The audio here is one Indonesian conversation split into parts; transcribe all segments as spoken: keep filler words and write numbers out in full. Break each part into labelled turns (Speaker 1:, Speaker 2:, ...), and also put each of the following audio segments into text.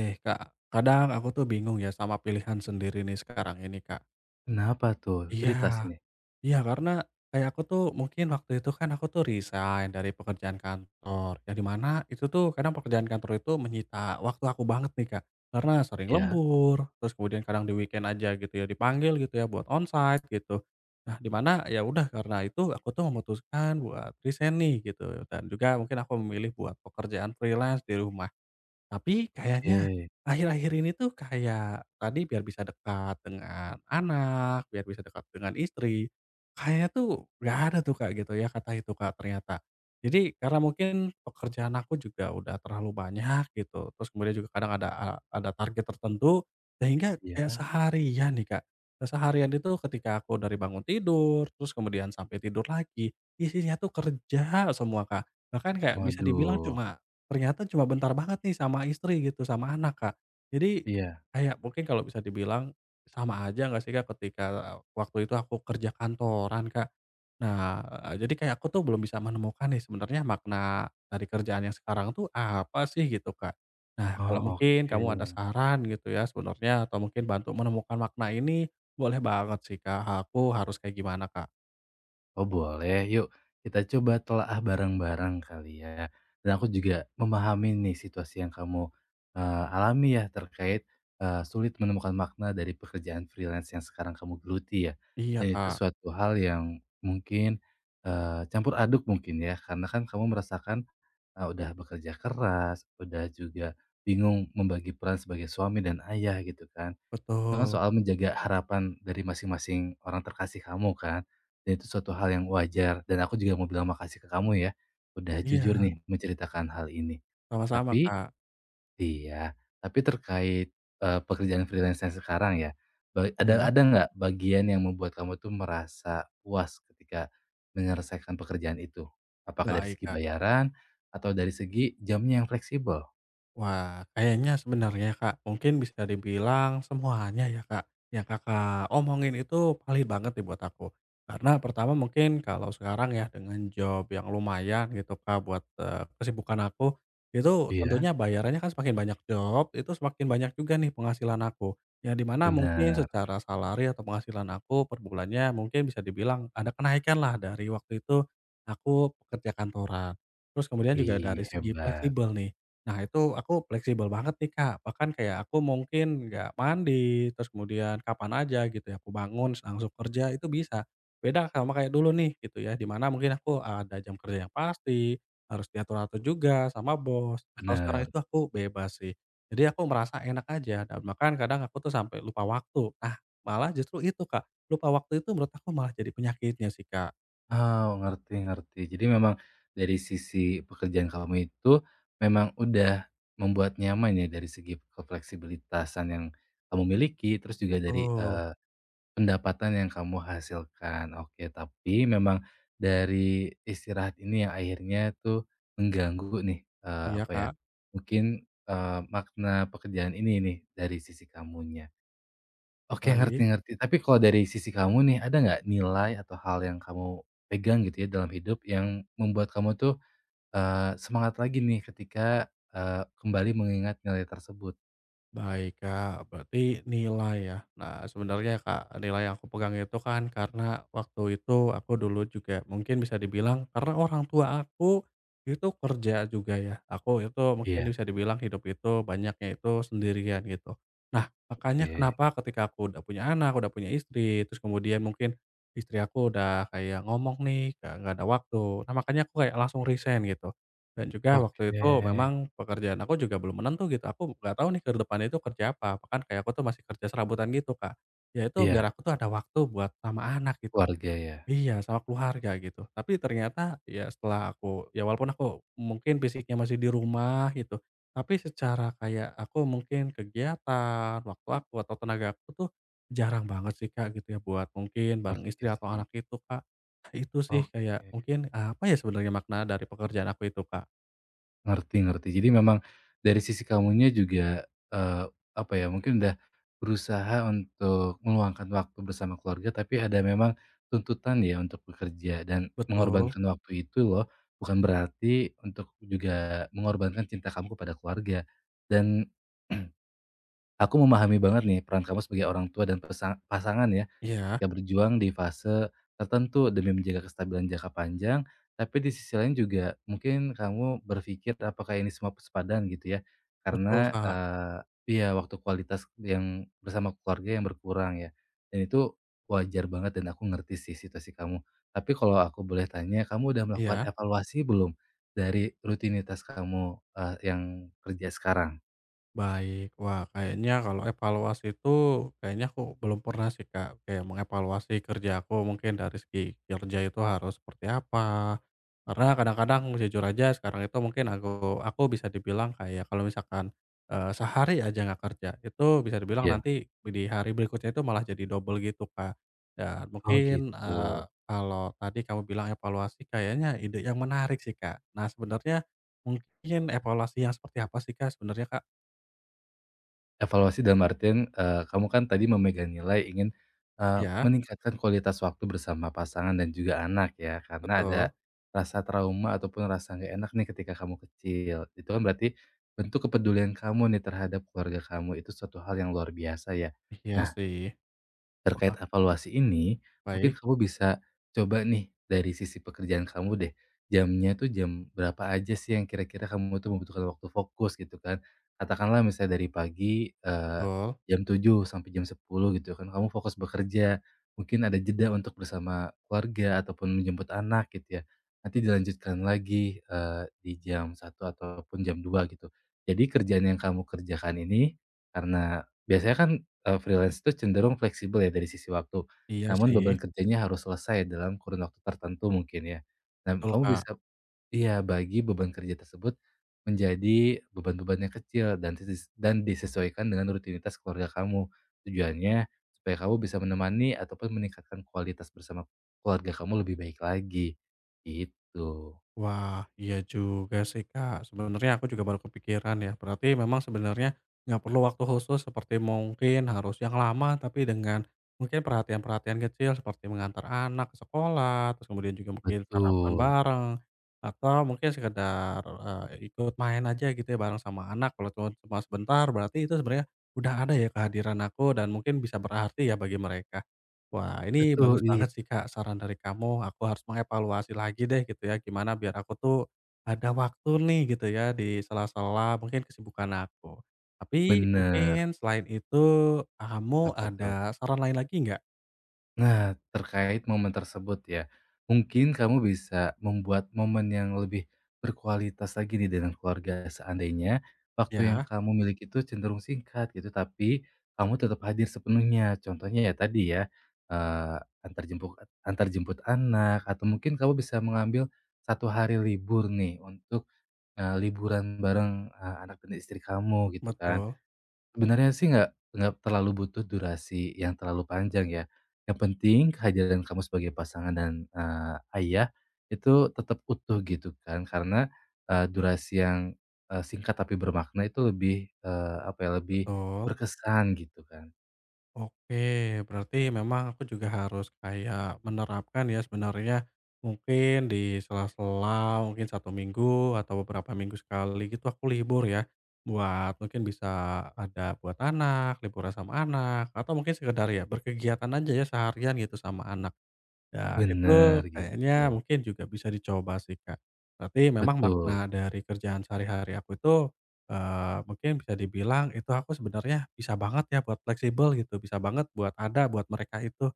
Speaker 1: Eh, Kak, kadang aku tuh bingung ya sama pilihan sendiri nih sekarang ini, Kak.
Speaker 2: Kenapa tuh? Cerita
Speaker 1: Iya,
Speaker 2: sini?
Speaker 1: iya karena kayak aku tuh mungkin waktu itu kan aku tuh resign dari pekerjaan kantor, ya di mana itu tuh kadang pekerjaan kantor itu menyita waktu aku banget nih, Kak. Karena sering
Speaker 2: Iya?
Speaker 1: lembur, terus kemudian kadang di weekend aja gitu ya dipanggil gitu ya buat onsite gitu. Nah, di mana ya udah karena itu aku tuh memutuskan buat resign nih gitu dan juga mungkin aku memilih buat pekerjaan freelance di rumah. Tapi kayaknya
Speaker 2: Oke.
Speaker 1: akhir-akhir ini tuh kayak tadi biar bisa dekat dengan anak, biar bisa dekat dengan istri, kayaknya tuh nggak ada tuh, Kak, gitu ya kata itu, Kak, ternyata. Jadi karena mungkin pekerjaan aku juga udah terlalu banyak gitu, terus kemudian juga kadang ada ada target tertentu sehingga kayak
Speaker 2: Iya?
Speaker 1: seharian nih, Kak, nah, seharian itu ketika aku dari bangun tidur, terus kemudian sampai tidur lagi, isinya tuh kerja semua, Kak. Bahkan kayak bisa dibilang
Speaker 2: Waduh.
Speaker 1: cuma ternyata cuma bentar banget nih sama istri gitu, sama anak, Kak. Jadi,
Speaker 2: Iya?
Speaker 1: kayak mungkin kalau bisa dibilang sama aja nggak sih, Kak, ketika waktu itu aku kerja kantoran, Kak. Nah, eee, jadi kayak aku tuh belum bisa menemukan nih sebenarnya makna dari kerjaan yang sekarang tuh apa sih gitu, Kak. Nah,
Speaker 2: Oh,
Speaker 1: kalau mungkin
Speaker 2: oke.
Speaker 1: kamu ada saran gitu ya sebenarnya atau mungkin bantu menemukan makna ini, boleh banget sih, Kak. Aku harus kayak gimana, Kak?
Speaker 2: Oh, boleh. Yuk kita coba telaah bareng-bareng kali ya. Dan aku juga memahami nih situasi yang kamu, eee, alami ya terkait, eee, sulit menemukan makna dari pekerjaan freelance yang sekarang kamu geluti ya.
Speaker 1: Iya,
Speaker 2: Dan itu
Speaker 1: Kak,
Speaker 2: suatu hal yang mungkin, eee, campur aduk mungkin ya, karena kan kamu merasakan Eee, udah bekerja keras, udah juga bingung membagi peran sebagai suami dan ayah gitu kan. Itu kan
Speaker 1: betul.
Speaker 2: soal menjaga harapan dari masing-masing orang terkasih kamu kan, dan itu suatu hal yang wajar dan aku juga mau bilang makasih ke kamu ya, udah jujur
Speaker 1: Iya,
Speaker 2: nih menceritakan hal ini.
Speaker 1: sama-sama,
Speaker 2: Tapi
Speaker 1: Kak.
Speaker 2: iya, tapi terkait, eee, pekerjaan freelance yang sekarang ya, ba ada
Speaker 1: Ya
Speaker 2: ada nggak bagian yang membuat kamu tuh merasa puas ketika menyelesaikan pekerjaan itu? Apakah dari
Speaker 1: baik,
Speaker 2: segi
Speaker 1: Kak.
Speaker 2: bayaran atau dari segi jamnya yang fleksibel?
Speaker 1: Wah, kayaknya sebenarnya, Kak, mungkin bisa dibilang semuanya ya, Kak, yang Kakak omongin itu valid banget nih buat aku. Karena pertama mungkin kalau sekarang ya dengan job yang lumayan gitu, Kak, buat, eee, kesibukan aku, itu tentunya
Speaker 2: Iya,
Speaker 1: bayarannya kan semakin banyak job, itu semakin banyak juga nih penghasilan aku. Yang dimana mungkin
Speaker 2: benar.
Speaker 1: secara salari atau penghasilan aku per bulannya mungkin bisa dibilang ada kenaikan lah dari waktu itu aku pekerja kantoran. Terus kemudian juga
Speaker 2: Wih,
Speaker 1: dari segi
Speaker 2: hebat,
Speaker 1: fleksibel nih. Nah itu aku fleksibel banget nih Kak, bahkan kayak aku mungkin nggak mandi, terus kemudian kapan aja gitu ya, aku bangun langsung kerja itu bisa. Beda sama kayak dulu nih gitu ya, di mana mungkin aku ada jam kerja yang pasti, harus diatur-atur juga sama bos. Nah kalau sekarang
Speaker 2: benar.
Speaker 1: itu aku bebas sih, jadi aku merasa enak aja dan bahkan kadang aku tuh sampai lupa waktu. Nah malah justru itu Kak, lupa waktu itu menurut aku malah jadi penyakitnya sih Kak.
Speaker 2: Oh, ngerti ngerti. Jadi memang dari sisi pekerjaan kamu itu memang udah membuat nyaman ya dari segi kefleksibilitasan yang kamu miliki, terus juga dari,
Speaker 1: Betul.
Speaker 2: eee Pendapatan yang kamu hasilkan, oke. Tapi memang dari istirahat ini yang akhirnya tuh mengganggu nih, eee,
Speaker 1: Iya
Speaker 2: apa ya,
Speaker 1: Kak,
Speaker 2: mungkin, eee, makna pekerjaan ini nih dari sisi kamunya. Oke,
Speaker 1: baik.
Speaker 2: ngerti-ngerti. Tapi kalau dari sisi kamu nih, ada nggak nilai atau hal yang kamu pegang gitu ya dalam hidup yang membuat kamu tuh, eee, semangat lagi nih ketika, eee, kembali mengingat nilai tersebut?
Speaker 1: Baik Kak, berarti nilai ya. Nah sebenarnya Kak, nilai yang aku pegang itu kan karena waktu itu aku dulu juga mungkin bisa dibilang karena orang tua aku itu kerja juga ya. Aku itu mungkin
Speaker 2: Iya,
Speaker 1: bisa dibilang hidup itu banyaknya itu sendirian gitu. Nah makanya
Speaker 2: oke.
Speaker 1: kenapa ketika aku udah punya anak, udah punya istri, terus kemudian mungkin istri aku udah kayak ngomong nih, nggak nggak ada waktu. Nah makanya aku kayak langsung resign gitu. Dan juga waktu
Speaker 2: Oke.
Speaker 1: itu memang pekerjaan aku juga belum menentu gitu, aku nggak tahu nih ke depannya itu kerja apa, bahkan kayak aku tuh masih kerja serabutan gitu, Kak. Ya itu
Speaker 2: Iya,
Speaker 1: biar aku tuh ada waktu buat sama anak gitu.
Speaker 2: keluarga ya,
Speaker 1: Iya, sama keluarga gitu. Tapi ternyata ya setelah aku ya walaupun aku mungkin fisiknya masih di rumah gitu, tapi secara kayak aku mungkin kegiatan, waktu aku atau tenaga aku tuh jarang banget sih, Kak, gitu ya buat mungkin bareng istri
Speaker 2: ngerti
Speaker 1: atau
Speaker 2: sih.
Speaker 1: anak itu, Kak. Nah, itu sih kayak
Speaker 2: Oke,
Speaker 1: mungkin ah, apa ya sebenarnya makna dari pekerjaan aku itu, Kak?
Speaker 2: ngerti ngerti. Jadi memang dari sisi kamunya juga, eee, apa ya, mungkin udah berusaha untuk meluangkan waktu bersama keluarga, tapi ada memang tuntutan ya untuk bekerja dan
Speaker 1: Betul,
Speaker 2: mengorbankan waktu itu loh, bukan berarti untuk juga mengorbankan cinta kamu kepada keluarga dan aku memahami banget nih peran kamu sebagai orang tua dan pesa pasangan ya,
Speaker 1: iya,
Speaker 2: ketika berjuang di fase tertentu demi menjaga kestabilan jangka panjang, tapi di sisi lain juga mungkin kamu berpikir apakah ini semua sepadan gitu ya,
Speaker 1: betul,
Speaker 2: karena,
Speaker 1: Kak,
Speaker 2: eee, iya waktu kualitas yang bersama keluarga yang berkurang ya, dan itu wajar banget dan aku ngerti sih situasi kamu. Tapi kalau aku boleh tanya, kamu udah melakukan
Speaker 1: iya.
Speaker 2: evaluasi belum dari rutinitas kamu, eee, yang kerja sekarang?
Speaker 1: Baik. Wah, kayaknya kalau evaluasi itu kayaknya aku belum pernah sih, Kak, kayak mengevaluasi kerja aku mungkin dari segi kerja itu harus seperti apa. Karena kadang-kadang jujur aja sekarang itu mungkin aku aku bisa dibilang kayak kalau misalkan, eee, sehari aja nggak kerja, itu bisa dibilang
Speaker 2: Iya.
Speaker 1: nanti di hari berikutnya itu malah jadi double gitu, Kak. Dan
Speaker 2: Oh
Speaker 1: mungkin,
Speaker 2: gitu.
Speaker 1: eee, kalau tadi kamu bilang evaluasi kayaknya ide yang menarik sih, Kak. Nah, sebenarnya mungkin evaluasi yang seperti apa sih, Kak, sebenarnya, Kak?
Speaker 2: Evaluasi dalam artian, eee, kamu kan tadi memegang nilai ingin, eee,
Speaker 1: Iya,
Speaker 2: meningkatkan kualitas waktu bersama pasangan dan juga anak ya, karena ada
Speaker 1: betul.
Speaker 2: rasa trauma ataupun rasa nggak enak nih ketika kamu kecil. Itu kan berarti bentuk kepedulian kamu nih terhadap keluarga kamu, itu suatu hal yang luar biasa ya.
Speaker 1: Iya
Speaker 2: Nah,
Speaker 1: sih.
Speaker 2: terkait
Speaker 1: Wah,
Speaker 2: evaluasi ini, mungkin
Speaker 1: baik.
Speaker 2: kamu bisa coba nih dari sisi pekerjaan kamu deh. Jamnya tuh jam berapa aja sih yang kira-kira kamu tuh membutuhkan waktu fokus gitu kan. Katakanlah misalnya dari pagi, eee,
Speaker 1: Betul.
Speaker 2: jam tujuh sampai jam sepuluh gitu kan, kamu fokus bekerja. Mungkin ada jeda untuk bersama keluarga ataupun menjemput anak gitu ya. Nanti dilanjutkan lagi, eee, di jam satu ataupun jam dua gitu. Jadi kerjaan yang kamu kerjakan ini karena biasanya kan eee, freelance itu cenderung fleksibel ya dari sisi waktu,
Speaker 1: Iya
Speaker 2: namun
Speaker 1: sih.
Speaker 2: beban kerjanya harus selesai dalam kurun waktu tertentu mungkin ya. Nah,
Speaker 1: Betul,
Speaker 2: kamu
Speaker 1: Kak.
Speaker 2: bisa iya, bagi beban kerja tersebut menjadi beban-beban yang kecil dan dises dan disesuaikan dengan rutinitas keluarga kamu. Tujuannya supaya kamu bisa menemani ataupun meningkatkan kualitas bersama keluarga kamu lebih baik lagi, gitu.
Speaker 1: Wah, iya juga sih, Kak. Sebenarnya aku juga baru kepikiran ya. Berarti memang sebenarnya nggak perlu waktu khusus seperti mungkin harus yang lama, tapi dengan mungkin perhatian-perhatian kecil seperti mengantar anak ke sekolah, terus kemudian juga mungkin sarapan
Speaker 2: Betul
Speaker 1: bareng, atau mungkin sekedar eee, ikut main aja gitu ya bareng sama anak. Kalau cuma cuma sebentar, berarti itu sebenarnya udah ada ya kehadiran aku dan mungkin bisa berarti ya bagi mereka. Wah, ini
Speaker 2: betul,
Speaker 1: bagus
Speaker 2: iya,
Speaker 1: banget sih, Kak, saran dari kamu. Aku harus mengevaluasi lagi deh gitu ya, gimana biar aku tuh ada waktu nih gitu ya di sela-sela mungkin kesibukan aku. Tapi
Speaker 2: bener.
Speaker 1: mungkin selain itu kamu
Speaker 2: Apa tuh?
Speaker 1: ada saran lain lagi nggak?
Speaker 2: Nah, terkait momen tersebut ya, mungkin kamu bisa membuat momen yang lebih berkualitas lagi nih dengan keluarga. Seandainya waktu yang
Speaker 1: Ya,
Speaker 2: kamu miliki itu cenderung singkat gitu, tapi kamu tetap hadir sepenuhnya. Contohnya ya tadi ya, eee, antar jempuk antar jemput anak atau mungkin kamu bisa mengambil satu hari libur nih untuk, eee, liburan bareng, eee, anak dan istri kamu gitu kan.
Speaker 1: betul
Speaker 2: Sebenarnya sih nggak nggak terlalu butuh durasi yang terlalu panjang ya, yang penting kehadiran kamu sebagai pasangan dan, eee, ayah itu tetap utuh gitu kan karena, eee, durasi yang, eee, singkat tapi bermakna itu lebih, eee, apa ya, lebih
Speaker 1: betul.
Speaker 2: berkesan gitu kan.
Speaker 1: Oke, berarti memang aku juga harus kayak menerapkan ya sebenarnya mungkin di sela-sela mungkin satu minggu atau beberapa minggu sekali gitu aku libur ya, buat mungkin bisa ada buat anak, liburan sama anak, atau mungkin sekedar ya berkegiatan aja ya seharian gitu sama anak. Ya, itu
Speaker 2: Bener gitu,
Speaker 1: kayaknya mungkin juga bisa dicoba sih, Kak. Tapi memang
Speaker 2: betul,
Speaker 1: makna dari kerjaan sehari-hari aku itu, eee, mungkin bisa dibilang itu aku sebenarnya bisa banget ya buat fleksibel gitu, bisa banget buat ada buat mereka itu.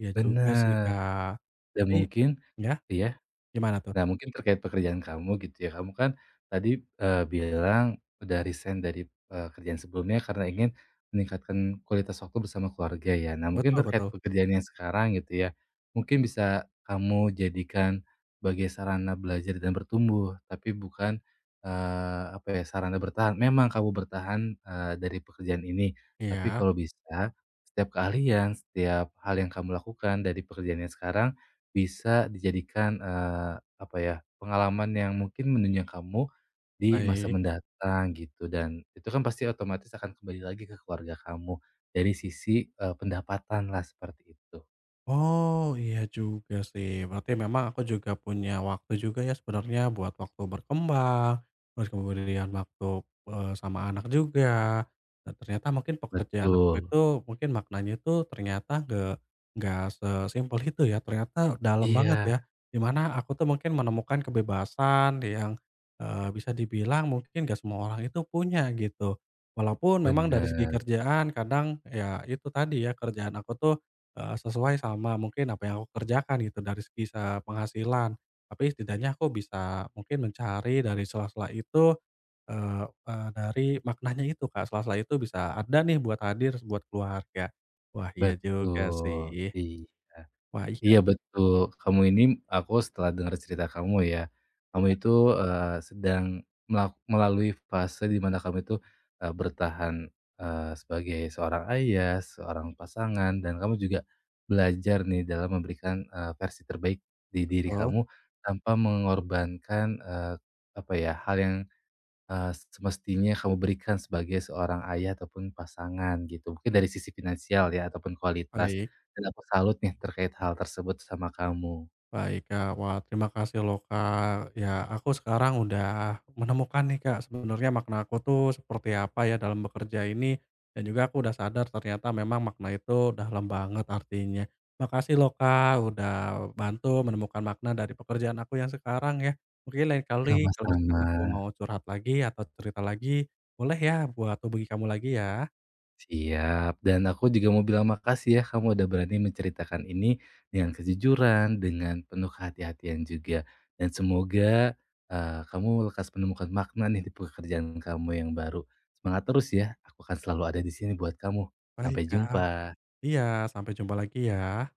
Speaker 1: Iya juga sih,
Speaker 2: bener,
Speaker 1: Kak.
Speaker 2: dan
Speaker 1: Tapi
Speaker 2: mungkin
Speaker 1: ya?
Speaker 2: ya.
Speaker 1: Gimana tuh?
Speaker 2: Nah, mungkin terkait pekerjaan kamu gitu ya, kamu kan tadi, eee, bilang udah resign dari, eee, kerjaan sebelumnya karena ingin meningkatkan kualitas waktu bersama keluarga ya. Nah, mungkin mhm,
Speaker 1: Betul
Speaker 2: terkait
Speaker 1: betul.
Speaker 2: pekerjaan yang sekarang gitu ya, mungkin bisa kamu jadikan sebagai sarana belajar dan bertumbuh, tapi bukan, eee, apa ya, sarana bertahan. Memang kamu bertahan, eee, dari pekerjaan ini, tapi
Speaker 1: Iya,
Speaker 2: kalau bisa setiap keahlian, setiap hal yang kamu lakukan dari pekerjaan yang sekarang bisa dijadikan, eee, apa ya, pengalaman yang mungkin menunjang kamu di masa
Speaker 1: baik.
Speaker 2: mendatang gitu dan itu kan pasti otomatis akan kembali lagi ke keluarga kamu dari sisi, eh, pendapatan lah seperti itu.
Speaker 1: Oh, iya juga sih. Berarti memang aku juga punya waktu juga ya sebenarnya buat waktu berkembang, terus kemudian waktu, eee, sama anak juga. Dan ternyata mungkin pekerjaan aku itu
Speaker 2: Betul.
Speaker 1: mungkin maknanya itu ternyata nggak nggak sesimpel itu ya, ternyata dalam banget
Speaker 2: Iya,
Speaker 1: ya. Di mana aku tuh mungkin menemukan kebebasan yang, eee, bisa dibilang mungkin nggak semua orang itu punya gitu. Walaupun memang dari segi
Speaker 2: bener,
Speaker 1: kerjaan kadang ya itu tadi ya, kerjaan aku tuh Eee, sesuai sama mungkin apa yang aku kerjakan gitu dari segi se penghasilan. Tapi setidaknya aku bisa mungkin mencari dari sela-sela itu, eee eee, dari maknanya itu Kak, sela-sela itu bisa ada nih buat hadir buat keluarga. Wah iya juga
Speaker 2: betul,
Speaker 1: sih.
Speaker 2: iya.
Speaker 1: Wah iya
Speaker 2: Iya betul, kamu ini aku setelah dengar cerita kamu ya, kamu
Speaker 1: iya,
Speaker 2: itu, eee, sedang melak melalui fase di mana kamu itu, eee, bertahan, eee, sebagai seorang ayah, seorang pasangan, dan kamu juga belajar nih dalam memberikan, eee, versi terbaik di diri
Speaker 1: betul,
Speaker 2: kamu tanpa mengorbankan, eee, apa ya, hal yang eee, semestinya kamu berikan sebagai seorang ayah ataupun pasangan gitu, mungkin dari sisi finansial ya ataupun kualitas,
Speaker 1: baik.
Speaker 2: dan aku salut nih terkait hal tersebut sama kamu.
Speaker 1: Baik Kak, wah terima kasih loh Kak. Ya aku sekarang udah menemukan nih Kak, sebenarnya makna aku tuh seperti apa ya dalam bekerja ini. Dan juga aku udah sadar ternyata memang makna itu dalam banget artinya. Makasih loh Kak, udah bantu menemukan makna dari pekerjaan aku yang sekarang ya. Mungkin lain kali kalau misalkan
Speaker 2: Sama-sama,
Speaker 1: aku mau curhat lagi atau cerita lagi, boleh ya buat hubungi kamu lagi ya.
Speaker 2: siap, dan aku juga mau bilang makasih ya kamu udah berani menceritakan ini dengan kejujuran, dengan penuh kehati-hatian juga, dan semoga, eee, kamu lekas menemukan makna nih di pekerjaan kamu yang baru. Semangat terus ya, aku akan selalu ada di sini buat kamu.
Speaker 1: Baik
Speaker 2: Sampai
Speaker 1: Kak,
Speaker 2: jumpa.
Speaker 1: iya sampai jumpa lagi ya.